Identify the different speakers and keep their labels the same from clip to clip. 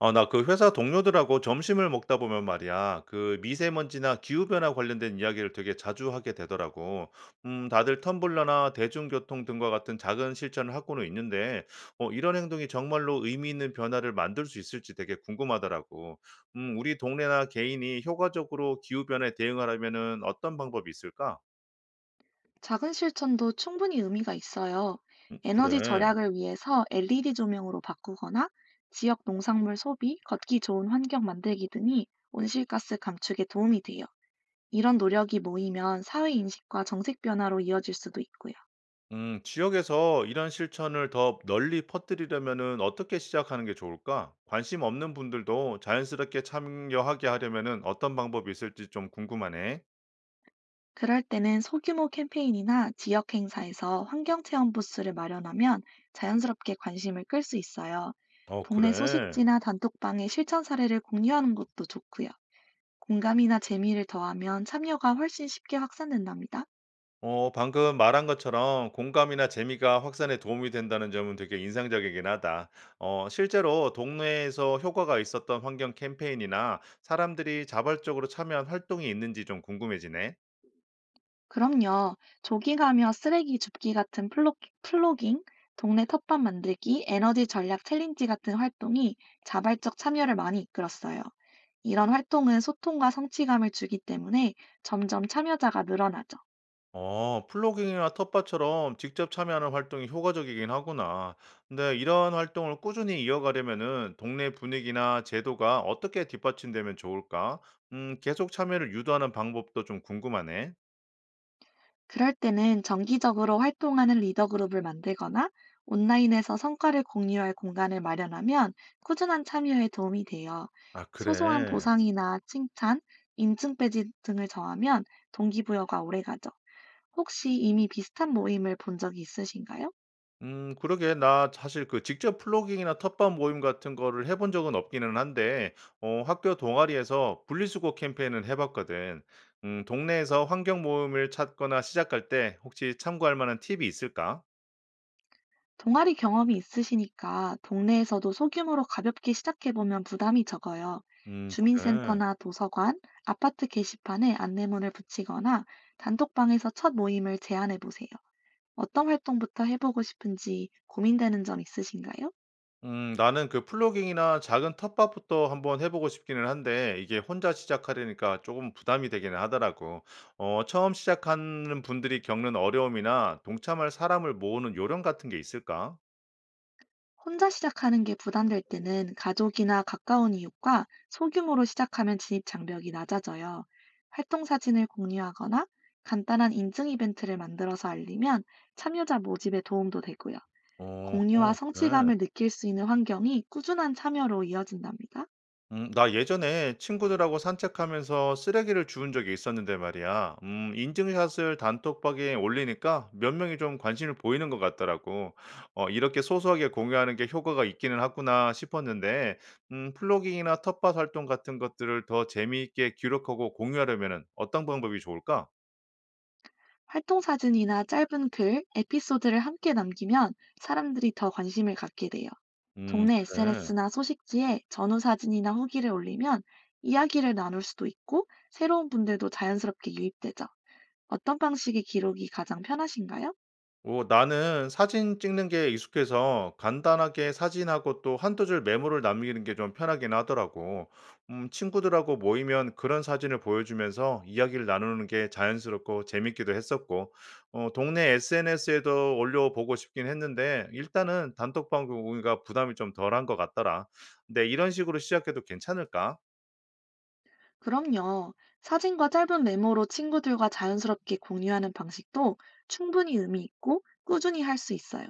Speaker 1: 아, 나 그 회사 동료들하고 점심을 먹다 보면 말이야, 그 미세먼지나 기후변화 관련된 이야기를 되게 자주 하게 되더라고. 다들 텀블러나 대중교통 등과 같은 작은 실천을 하고는 있는데, 이런 행동이 정말로 의미 있는 변화를 만들 수 있을지 되게 궁금하더라고. 우리 동네나 개인이 효과적으로 기후변화에 대응하려면은 어떤 방법이 있을까?
Speaker 2: 작은 실천도 충분히 의미가 있어요. 에너지
Speaker 1: 그래.
Speaker 2: 절약을 위해서 LED 조명으로 바꾸거나 지역 농산물 소비, 걷기 좋은 환경 만들기 등이 온실가스 감축에 도움이 돼요. 이런 노력이 모이면 사회 인식과 정책 변화로 이어질 수도 있고요.
Speaker 1: 지역에서 이런 실천을 더 널리 퍼뜨리려면은 어떻게 시작하는 게 좋을까? 관심 없는 분들도 자연스럽게 참여하게 하려면은 어떤 방법이 있을지 좀 궁금하네.
Speaker 2: 그럴 때는 소규모 캠페인이나 지역 행사에서 환경체험 부스를 마련하면 자연스럽게 관심을 끌 수 있어요.
Speaker 1: 어,
Speaker 2: 동네
Speaker 1: 그래.
Speaker 2: 소식지나 단톡방에 실천 사례를 공유하는 것도 좋고요. 공감이나 재미를 더하면 참여가 훨씬 쉽게 확산된답니다.
Speaker 1: 방금 말한 것처럼 공감이나 재미가 확산에 도움이 된다는 점은 되게 인상적이긴 하다. 실제로 동네에서 효과가 있었던 환경 캠페인이나 사람들이 자발적으로 참여한 활동이 있는지 좀 궁금해지네.
Speaker 2: 그럼요. 조깅하며 쓰레기 줍기 같은 플로깅, 동네 텃밭 만들기, 에너지 전략 챌린지 같은 활동이 자발적 참여를 많이 이끌었어요. 이런 활동은 소통과 성취감을 주기 때문에 점점 참여자가 늘어나죠.
Speaker 1: 플로깅이나 텃밭처럼 직접 참여하는 활동이 효과적이긴 하구나. 근데 이런 활동을 꾸준히 이어가려면은 동네 분위기나 제도가 어떻게 뒷받침되면 좋을까? 계속 참여를 유도하는 방법도 좀 궁금하네.
Speaker 2: 그럴 때는 정기적으로 활동하는 리더 그룹을 만들거나 온라인에서 성과를 공유할 공간을 마련하면 꾸준한 참여에 도움이 돼요.
Speaker 1: 아,
Speaker 2: 소소한
Speaker 1: 그래.
Speaker 2: 보상이나 칭찬, 인증 배지 등을 정하면 동기부여가 오래가죠. 혹시 이미 비슷한 모임을 본 적이 있으신가요?
Speaker 1: 그러게. 나 사실 그 직접 플로깅이나 텃밭 모임 같은 거를 해본 적은 없기는 한데, 학교 동아리에서 분리수거 캠페인을 해봤거든. 동네에서 환경 모임을 찾거나 시작할 때 혹시 참고할 만한 팁이 있을까?
Speaker 2: 동아리 경험이 있으시니까 동네에서도 소규모로 가볍게 시작해보면 부담이 적어요.
Speaker 1: 그래.
Speaker 2: 주민센터나 도서관, 아파트 게시판에 안내문을 붙이거나 단톡방에서 첫 모임을 제안해보세요. 어떤 활동부터 해보고 싶은지 고민되는 점 있으신가요?
Speaker 1: 나는 그 플로깅이나 작은 텃밭부터 한번 해 보고 싶기는 한데 이게 혼자 시작하려니까 조금 부담이 되기는 하더라고. 처음 시작하는 분들이 겪는 어려움이나 동참할 사람을 모으는 요령 같은 게 있을까?
Speaker 2: 혼자 시작하는 게 부담될 때는 가족이나 가까운 이웃과 소규모로 시작하면 진입 장벽이 낮아져요. 활동 사진을 공유하거나 간단한 인증 이벤트를 만들어서 알리면 참여자 모집에 도움도 되고요. 공유와
Speaker 1: 그래.
Speaker 2: 성취감을 느낄 수 있는 환경이 꾸준한 참여로 이어진답니다.
Speaker 1: 나 예전에 친구들하고 산책하면서 쓰레기를 주운 적이 있었는데 말이야. 인증샷을 단톡방에 올리니까 몇 명이 좀 관심을 보이는 것 같더라고. 이렇게 소소하게 공유하는 게 효과가 있기는 하구나 싶었는데, 플로깅이나 텃밭 활동 같은 것들을 더 재미있게 기록하고 공유하려면 어떤 방법이 좋을까?
Speaker 2: 활동 사진이나 짧은 글, 에피소드를 함께 남기면 사람들이 더 관심을 갖게 돼요. 동네
Speaker 1: 그래.
Speaker 2: SNS나 소식지에 전후 사진이나 후기를 올리면 이야기를 나눌 수도 있고 새로운 분들도 자연스럽게 유입되죠. 어떤 방식의 기록이 가장 편하신가요?
Speaker 1: 오, 나는 사진 찍는 게 익숙해서 간단하게 사진하고 또 한두 줄 메모를 남기는 게 좀 편하긴 하더라고. 친구들하고 모이면 그런 사진을 보여주면서 이야기를 나누는 게 자연스럽고 재밌기도 했었고, 동네 SNS에도 올려보고 싶긴 했는데, 일단은 단톡방 공유가 부담이 좀 덜한 것 같더라. 근데 이런 식으로 시작해도 괜찮을까?
Speaker 2: 그럼요. 사진과 짧은 메모로 친구들과 자연스럽게 공유하는 방식도 충분히 의미 있고 꾸준히 할 수 있어요.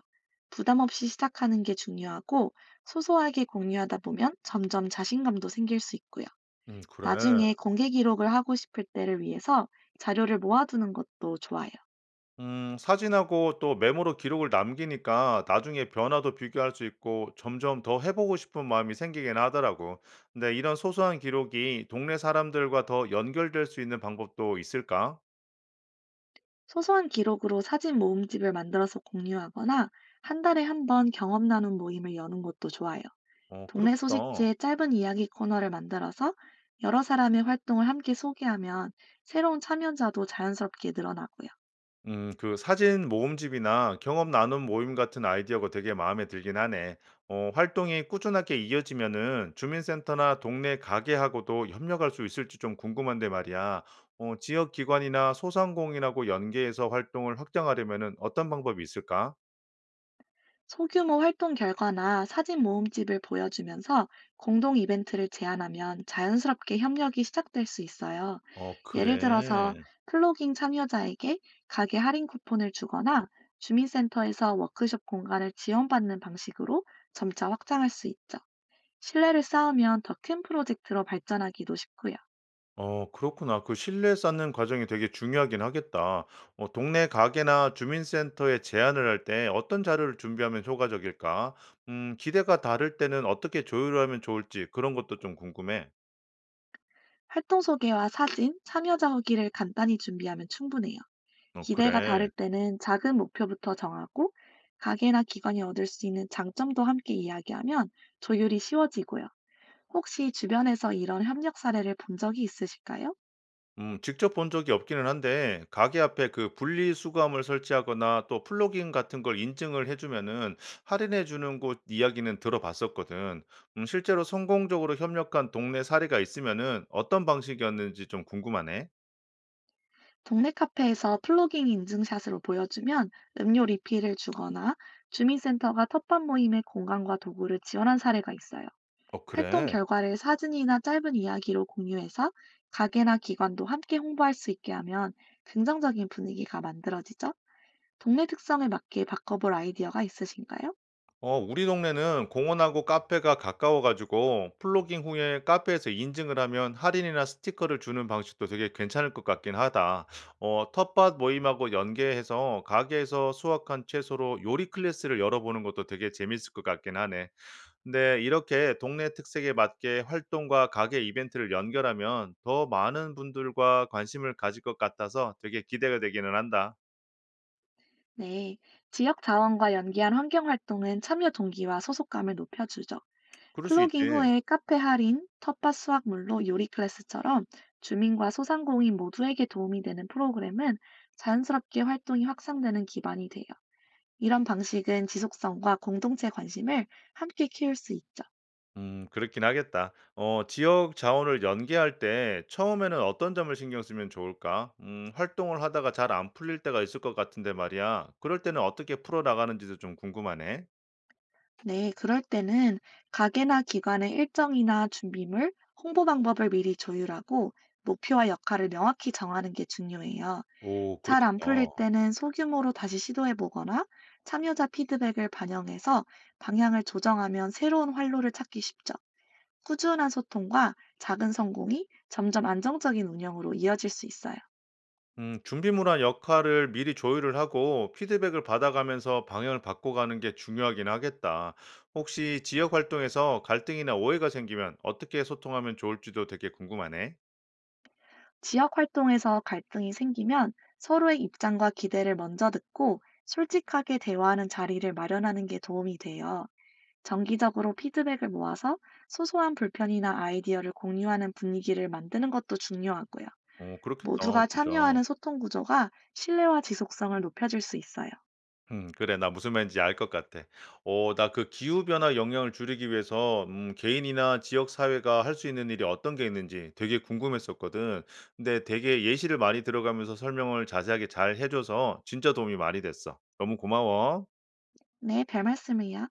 Speaker 2: 부담 없이 시작하는 게 중요하고 소소하게 공유하다 보면 점점 자신감도 생길 수 있고요.
Speaker 1: 그래.
Speaker 2: 나중에 공개 기록을 하고 싶을 때를 위해서 자료를 모아두는 것도 좋아요.
Speaker 1: 사진하고 또 메모로 기록을 남기니까 나중에 변화도 비교할 수 있고 점점 더 해보고 싶은 마음이 생기긴 하더라고. 근데 이런 소소한 기록이 동네 사람들과 더 연결될 수 있는 방법도 있을까?
Speaker 2: 소소한 기록으로 사진 모음집을 만들어서 공유하거나 한 달에 한 번 경험 나눔 모임을 여는 것도 좋아요.
Speaker 1: 어,
Speaker 2: 동네
Speaker 1: 그렇겠다.
Speaker 2: 소식지의 짧은 이야기 코너를 만들어서 여러 사람의 활동을 함께 소개하면 새로운 참여자도 자연스럽게 늘어나고요.
Speaker 1: 그 사진 모음집이나 경험 나눔 모임 같은 아이디어가 되게 마음에 들긴 하네. 활동이 꾸준하게 이어지면은 주민센터나 동네 가게하고도 협력할 수 있을지 좀 궁금한데 말이야. 지역 기관이나 소상공인하고 연계해서 활동을 확장하려면은 어떤 방법이 있을까?
Speaker 2: 소규모 활동 결과나 사진 모음집을 보여주면서 공동 이벤트를 제안하면 자연스럽게 협력이 시작될 수 있어요.
Speaker 1: 어,
Speaker 2: 예를 들어서
Speaker 1: 그래.
Speaker 2: 플로깅 참여자에게 가게 할인 쿠폰을 주거나 주민센터에서 워크숍 공간을 지원받는 방식으로 점차 확장할 수 있죠. 신뢰를 쌓으면 더 큰 프로젝트로 발전하기도 쉽고요.
Speaker 1: 그렇구나. 그 실내 쌓는 과정이 되게 중요하긴 하겠다. 동네 가게나 주민센터에 제안을 할 때 어떤 자료를 준비하면 효과적일까? 기대가 다를 때는 어떻게 조율 하면 좋을지 그런 것도 좀 궁금해.
Speaker 2: 활동 소개와 사진, 참여자 후기를 간단히 준비하면 충분해요.
Speaker 1: 어,
Speaker 2: 기대가
Speaker 1: 그래.
Speaker 2: 다를 때는 작은 목표부터 정하고 가게나 기관이 얻을 수 있는 장점도 함께 이야기하면 조율이 쉬워지고요. 혹시 주변에서 이런 협력 사례를 본 적이 있으실까요?
Speaker 1: 직접 본 적이 없기는 한데, 가게 앞에 그 분리수거함을 설치하거나 또 플러깅 같은 걸 인증을 해주면은 할인해 주는 곳 이야기는 들어봤었거든. 실제로 성공적으로 협력한 동네 사례가 있으면은 어떤 방식이었는지 좀 궁금하네.
Speaker 2: 동네 카페에서 플로깅 인증샷으로 보여주면 음료 리필을 주거나 주민센터가 텃밭 모임의 공간과 도구를 지원한 사례가 있어요. 활동
Speaker 1: 그래?
Speaker 2: 결과를 사진이나 짧은 이야기로 공유해서 가게나 기관도 함께 홍보할 수 있게 하면 긍정적인 분위기가 만들어지죠. 동네 특성에 맞게 바꿔볼 아이디어가 있으신가요?
Speaker 1: 우리 동네는 공원하고 카페가 가까워 가지고 플로깅 후에 카페에서 인증을 하면 할인이나 스티커를 주는 방식도 되게 괜찮을 것 같긴 하다. 텃밭 모임하고 연계해서 가게에서 수확한 채소로 요리 클래스를 열어보는 것도 되게 재밌을 것 같긴 하네. 근데 이렇게 동네 특색에 맞게 활동과 가게 이벤트를 연결하면 더 많은 분들과 관심을 가질 것 같아서 되게 기대가 되기는 한다.
Speaker 2: 네, 지역 자원과 연계한 환경 활동은 참여 동기와 소속감을 높여주죠.
Speaker 1: 그럴 수
Speaker 2: 플로깅
Speaker 1: 있지.
Speaker 2: 후에 카페 할인, 텃밭 수확물로 요리 클래스처럼 주민과 소상공인 모두에게 도움이 되는 프로그램은 자연스럽게 활동이 확산되는 기반이 돼요. 이런 방식은 지속성과 공동체 관심을 함께 키울 수 있죠.
Speaker 1: 그렇긴 하겠다. 지역 자원을 연계할 때 처음에는 어떤 점을 신경 쓰면 좋을까? 활동을 하다가 잘 안 풀릴 때가 있을 것 같은데 말이야. 그럴 때는 어떻게 풀어 나가는지도 좀 궁금하네.
Speaker 2: 네, 그럴 때는 가게나 기관의 일정이나 준비물, 홍보 방법을 미리 조율하고 목표와 역할을 명확히 정하는 게 중요해요.
Speaker 1: 오,
Speaker 2: 잘 안
Speaker 1: 그렇겠다.
Speaker 2: 풀릴 때는 소규모로 다시 시도해 보거나 참여자 피드백을 반영해서 방향을 조정하면 새로운 활로를 찾기 쉽죠. 꾸준한 소통과 작은 성공이 점점 안정적인 운영으로 이어질 수 있어요.
Speaker 1: 준비물한 역할을 미리 조율을 하고 피드백을 받아가면서 방향을 바꿔가는 게 중요하긴 하겠다. 혹시 지역 활동에서 갈등이나 오해가 생기면 어떻게 소통하면 좋을지도 되게 궁금하네.
Speaker 2: 지역 활동에서 갈등이 생기면 서로의 입장과 기대를 먼저 듣고 솔직하게 대화하는 자리를 마련하는 게 도움이 돼요. 정기적으로 피드백을 모아서 소소한 불편이나 아이디어를 공유하는 분위기를 만드는 것도 중요하고요.
Speaker 1: 오 그렇겠다,
Speaker 2: 모두가
Speaker 1: 진짜.
Speaker 2: 참여하는 소통 구조가 신뢰와 지속성을 높여줄 수 있어요.
Speaker 1: 그래. 나 무슨 말인지 알 것 같아. 나 그 기후 변화 영향을 줄이기 위해서 개인이나 지역 사회가 할 수 있는 일이 어떤 게 있는지 되게 궁금했었거든. 근데 되게 예시를 많이 들어가면서 설명을 자세하게 잘 해 줘서 진짜 도움이 많이 됐어. 너무 고마워.
Speaker 2: 네, 별 말씀을요.